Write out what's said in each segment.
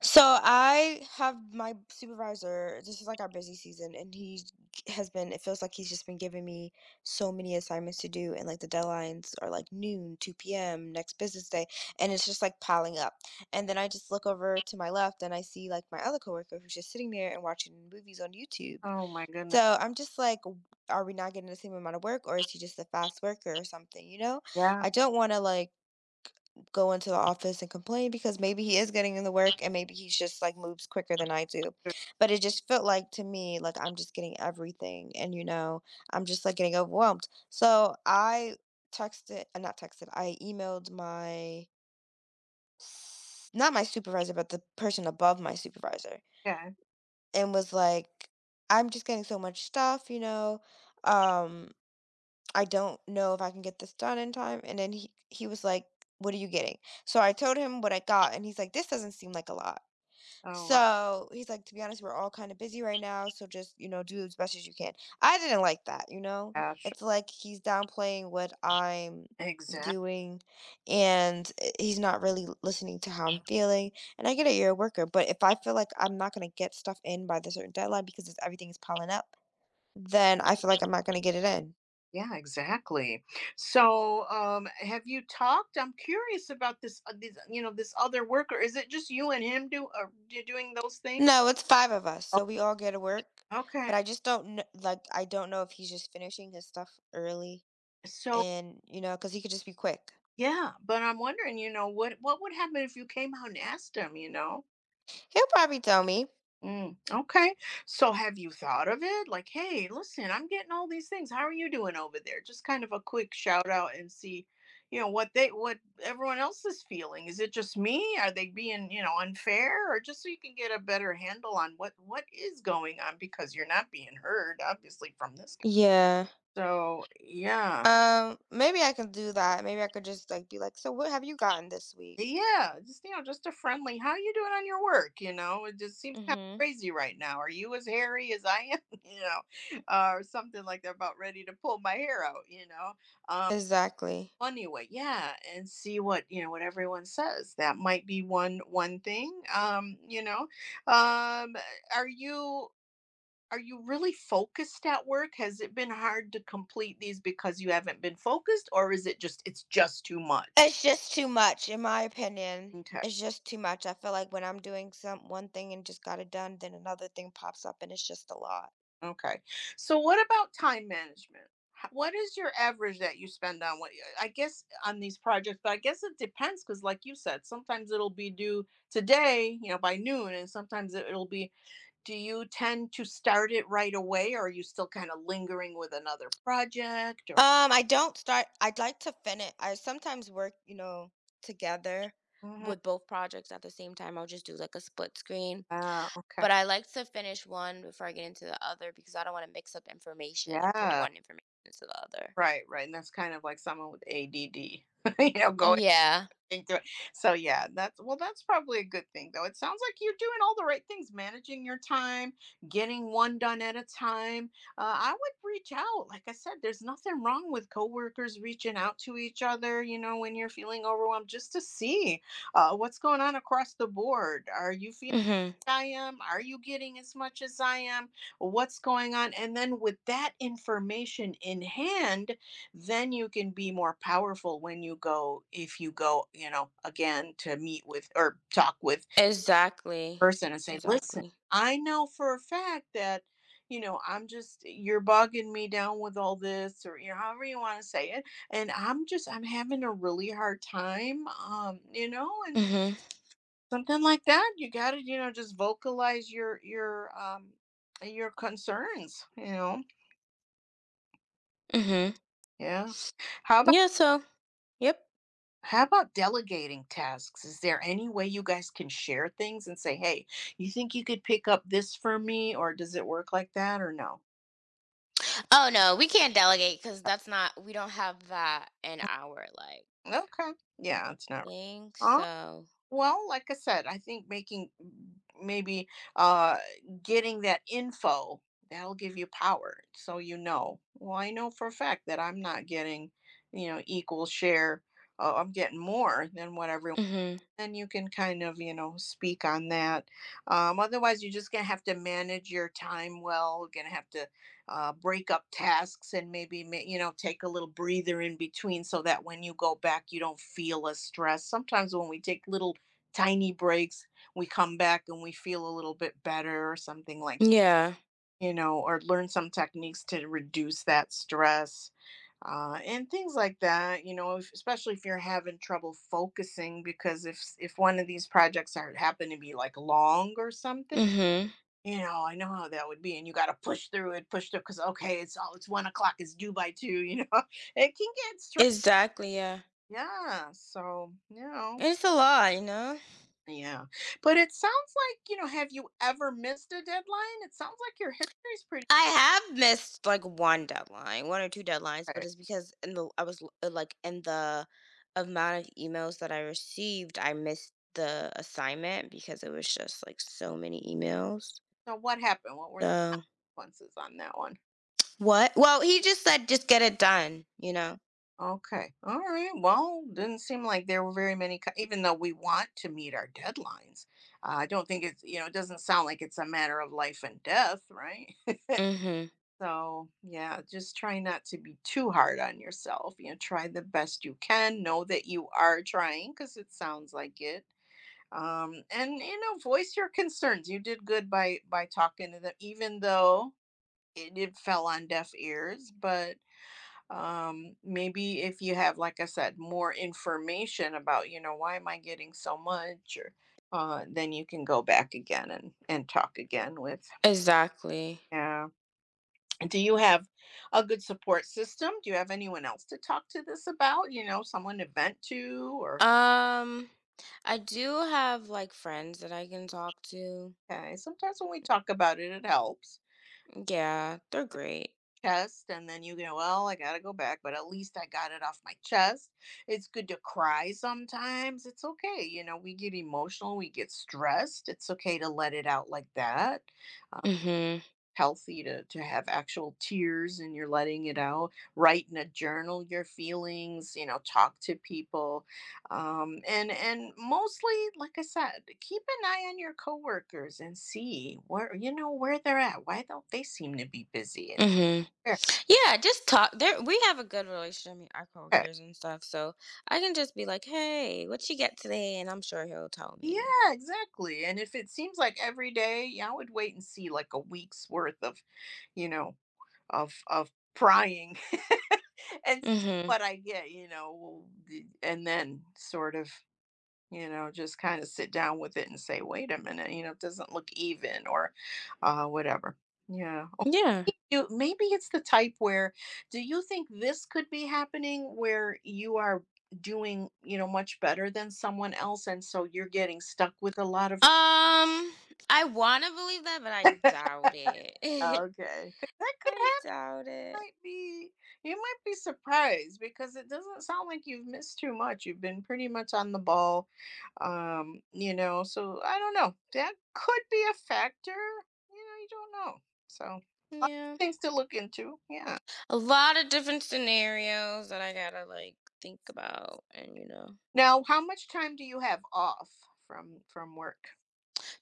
So I have my supervisor. This is like our busy season, and he has been. It feels like he's just been giving me so many assignments to do, and like the deadlines are like noon, two p.m. next business day, and it's just like piling up. And then I just look over to my left, and I see like my other coworker who's just sitting there and watching movies on YouTube. Oh my goodness. So I'm just like, are we not getting the same amount of work, or is he just a fast worker or something? Yeah. I don't want to like go into the office and complain because maybe he is getting in the work and maybe he's just like moves quicker than I do. Sure. But it just felt like to me, like I'm just getting everything and I'm just like getting overwhelmed. So I texted, not texted, I emailed my, not my supervisor, but the person above my supervisor Yeah. and was like, I'm just getting so much stuff. Um, I don't know if I can get this done in time. And then he was like, what are you getting? So I told him what I got, and he's like, this doesn't seem like a lot. Oh my So he's like, to be honest, we're all kind of busy right now. So just, do as best as you can. I didn't like that, you know? gosh. It's like he's downplaying what I'm Exactly. doing and he's not really listening to how I'm feeling. And I get it, you're a worker, but if I feel like I'm not going to get stuff in by the certain deadline because everything is piling up, then I feel like I'm not going to get it in. Yeah, exactly. So, have you talked? I'm curious about this other worker. Is it just you and him doing those things? No, it's five of us, Oh, so we all go to work. okay. But I just don't know, like, I don't know if he's just finishing his stuff early So, and, because he could just be quick. yeah, but I'm wondering, what would happen if you came out and asked him, you know? He'll probably tell me. Mm, okay. So have you thought of it? Like, hey, listen, I'm getting all these things. How are you doing over there? Just kind of a quick shout out and see, what everyone else is feeling. Is it just me? Are they being, unfair, or just so you can get a better handle on what is going on because you're not being heard obviously from this guy. Yeah. So, yeah. Maybe I can do that. Maybe I could just, like, be like, so what have you gotten this week? Yeah, just, just a friendly, "How you doing on your work?" You know? It just seems kinda Mm-hmm. crazy right now. "Are you as hairy as I am?" You know? Or something like they're about ready to pull my hair out, you know? Um, Exactly. funny, yeah, and see what, what everyone says. That might be one thing, you know? Um, are you are you really focused at work? Has it been hard to complete these because you haven't been focused, or is it's just too much? It's just too much, in my opinion. Okay. It's just too much. I feel like when I'm doing some one thing and just got it done, then another thing pops up and it's just a lot. Okay. So what about time management? What is your average that you spend on what I guess on these projects, but I guess it depends because like you said, sometimes it'll be due today, you know, by noon, and sometimes it'll be. Do you tend to start it right away, or are you still kind of lingering with another project, or... I don't start. I'd like to finish. I sometimes work, together Mhm. with both projects at the same time. I'll just do like a split screen. Ah, okay. But I like to finish one before I get into the other because I don't want to mix up information and put Yeah. one information into the other. Right, right. And that's kind of like someone with ADD, going, Yeah. think through it. So yeah, that's, well, that's probably a good thing though. It sounds like you're doing all the right things, managing your time, getting one done at a time. I would reach out. Like I said, there's nothing wrong with coworkers reaching out to each other. You know, when you're feeling overwhelmed, just to see what's going on across the board. Are you feeling Mhm. I am? Are you getting as much as I am? What's going on? And then, with that information in hand, then you can be more powerful when you go, if you go, again to meet with or talk with Exactly. person and say, listen, Exactly. I know for a fact that, you're bogging me down with all this, or, however you want to say it. And I'm having a really hard time, and Mhm. something like that, you got to, just vocalize your concerns. Mhm. Yeah, how about Yeah. So. Yep. how about delegating tasks? Is there any way you guys can share things and say, hey, you think you could pick up this for me? Or does it work like that, or no? Oh no, we can't delegate because that's not. We don't have that in our like Okay, yeah, it's not. thing. So. Well, like I said, I think making, maybe, uh getting that info, that'll give you power, so. Well, I know for a fact that, I'm not getting, equal share. I'm getting more than what everyone, Mhm. and you can kind of, speak on that, Otherwise, you're just going to have to manage your time well, going to have to, break up tasks, and maybe, take a little breather in between, so that when you go back you don't feel as stressed. Sometimes when we take little tiny breaks, we come back and we feel a little bit better, or something like, Yeah. you know, or learn some techniques to reduce that stress, and things like that. You know, if, especially if you're having trouble focusing, because if one of these projects are happen to be like long or something, Mhm. you know, I know how that would be, and you got to push through it, push through, because okay, it's 1 o'clock, it's due by 2. You know, it can get stressful. Exactly, yeah. Yeah, so you know. It's a lot. Yeah. But it sounds like, have you ever missed a deadline? It sounds like your history's pretty I have missed like one deadline, one or two deadlines, good. but it's because in the I was l- like in the amount of emails that I received, I missed the assignment because it was just like so many emails. So what happened? What were So consequences on that one? what? Well, he just said just get it done. Okay. All right. Well, didn't seem like there were very many, even though we want to meet our deadlines. I don't think it doesn't sound like it's a matter of life and death, right? Mhm. So, yeah, just try not to be too hard on yourself. You know, try the best you can. Know that you are trying, because it sounds like it. And voice your concerns. You did good by talking to them, even though it fell on deaf ears. But maybe if you have, like I said, more information about, why am I getting so much, or then you can go back again and talk again with... Exactly. Yeah. And do you have a good support system? Do you have anyone else to talk to this about, someone to vent to, or... Um I do have like friends that I can talk to. Okay, sometimes when we talk about it, it helps. Yeah, they're great. Chest, and then you go, well, I gotta go back, but at least I got it off my chest. It's good to cry sometimes. It's okay, we get emotional, we get stressed. It's okay to let it out like that. Mhm. Healthy to have actual tears, and you're letting it out. Write in a journal your feelings, talk to people. And mostly, like I said, keep an eye on your coworkers and see where, where they're at, why don't they seem to be busy, Mhm. and... Yeah, just talk. There, we have a good relationship, I mean, our coworkers and stuff. So I can just be like, "Hey, what you get today?" And I'm sure he'll tell Yeah, me. exactly, and if it seems like every day, yeah, I would wait and see, like, a week's worth of, you know, of prying, and see Mhm. what I get, you know, d and then sort of, just kinda sit down with it and say, "Wait a minute," "It doesn't look even," or, whatever. Yeah. Or, Yeah. you maybe it's the type where, do you think this could be happening where you are doing, much better than someone else, and so you're getting stuck with a lot of... Um, I want to believe that, but I doubt Oh, it. okay. 'Cause that could I happen. doubt it. Might be You might be surprised because it doesn't sound like you've missed too much. You've been pretty much on the ball. So I don't know. That could be a factor. You know, you don't know. So, lot of Yeah. things to look into. Yeah. A lot of different scenarios that I gotta like think about, and Now, how much time do you have off from work?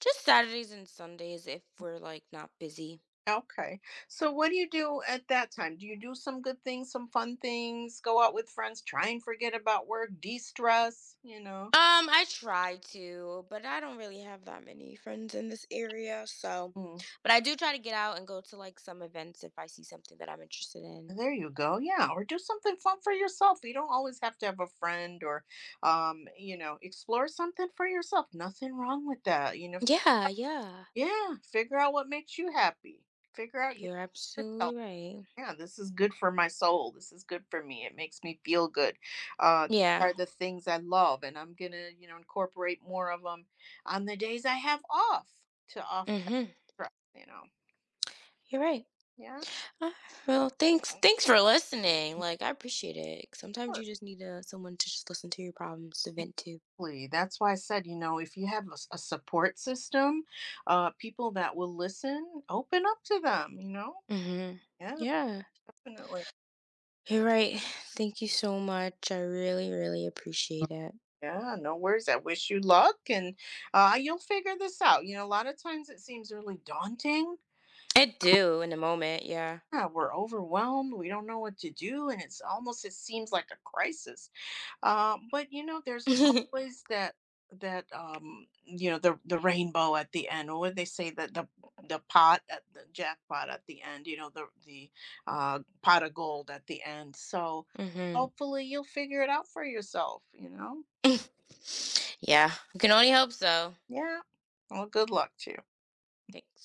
just Saturdays and Sundays if we're like not busy. Okay. So what do you do at that time? Do you do some good things, some fun things, go out with friends, try and forget about work, de-stress, you know? I try to, but I don't really have that many friends in this area, so Mm. but I do try to get out and go to like some events if I see something that I'm interested in. There you go. Yeah, or do something fun for yourself. You don't always have to have a friend, or explore something for yourself. Nothing wrong with that, you know. Yeah, yeah. Yeah, figure out what makes you happy. Figure out You're yourself. absolutely right. Yeah, this is good for my soul. This is good for me. It makes me feel good. These Yeah. are the things I love, and I'm gonna, incorporate more of them on the days I have off to offset Mhm. stress. You know, You're right. yeah. Uh, well, thanks for listening. Like I appreciate it. Sometimes Sure. you just need someone to just listen to your problems to vent to. Absolutely. That's why I said, if you have a support system, people that will listen, open up to them, you know? Mhm. Yeah, Yeah. definitely. You're right. Thank you so much. I really really appreciate it. Yeah, no worries. I wish you luck, and you'll figure this out. You know, a lot of times it seems really daunting, I do in the moment. Yeah. yeah, we're overwhelmed. We don't know what to do, and it seems like a crisis. But you know, there's always that, the rainbow at the end, or what they say, that the jackpot at the end. You know, the pot of gold at the end. So Hmm. hopefully you'll figure it out for yourself. You know, Yeah, you can only hope so. yeah. Well, good luck to you. Thanks.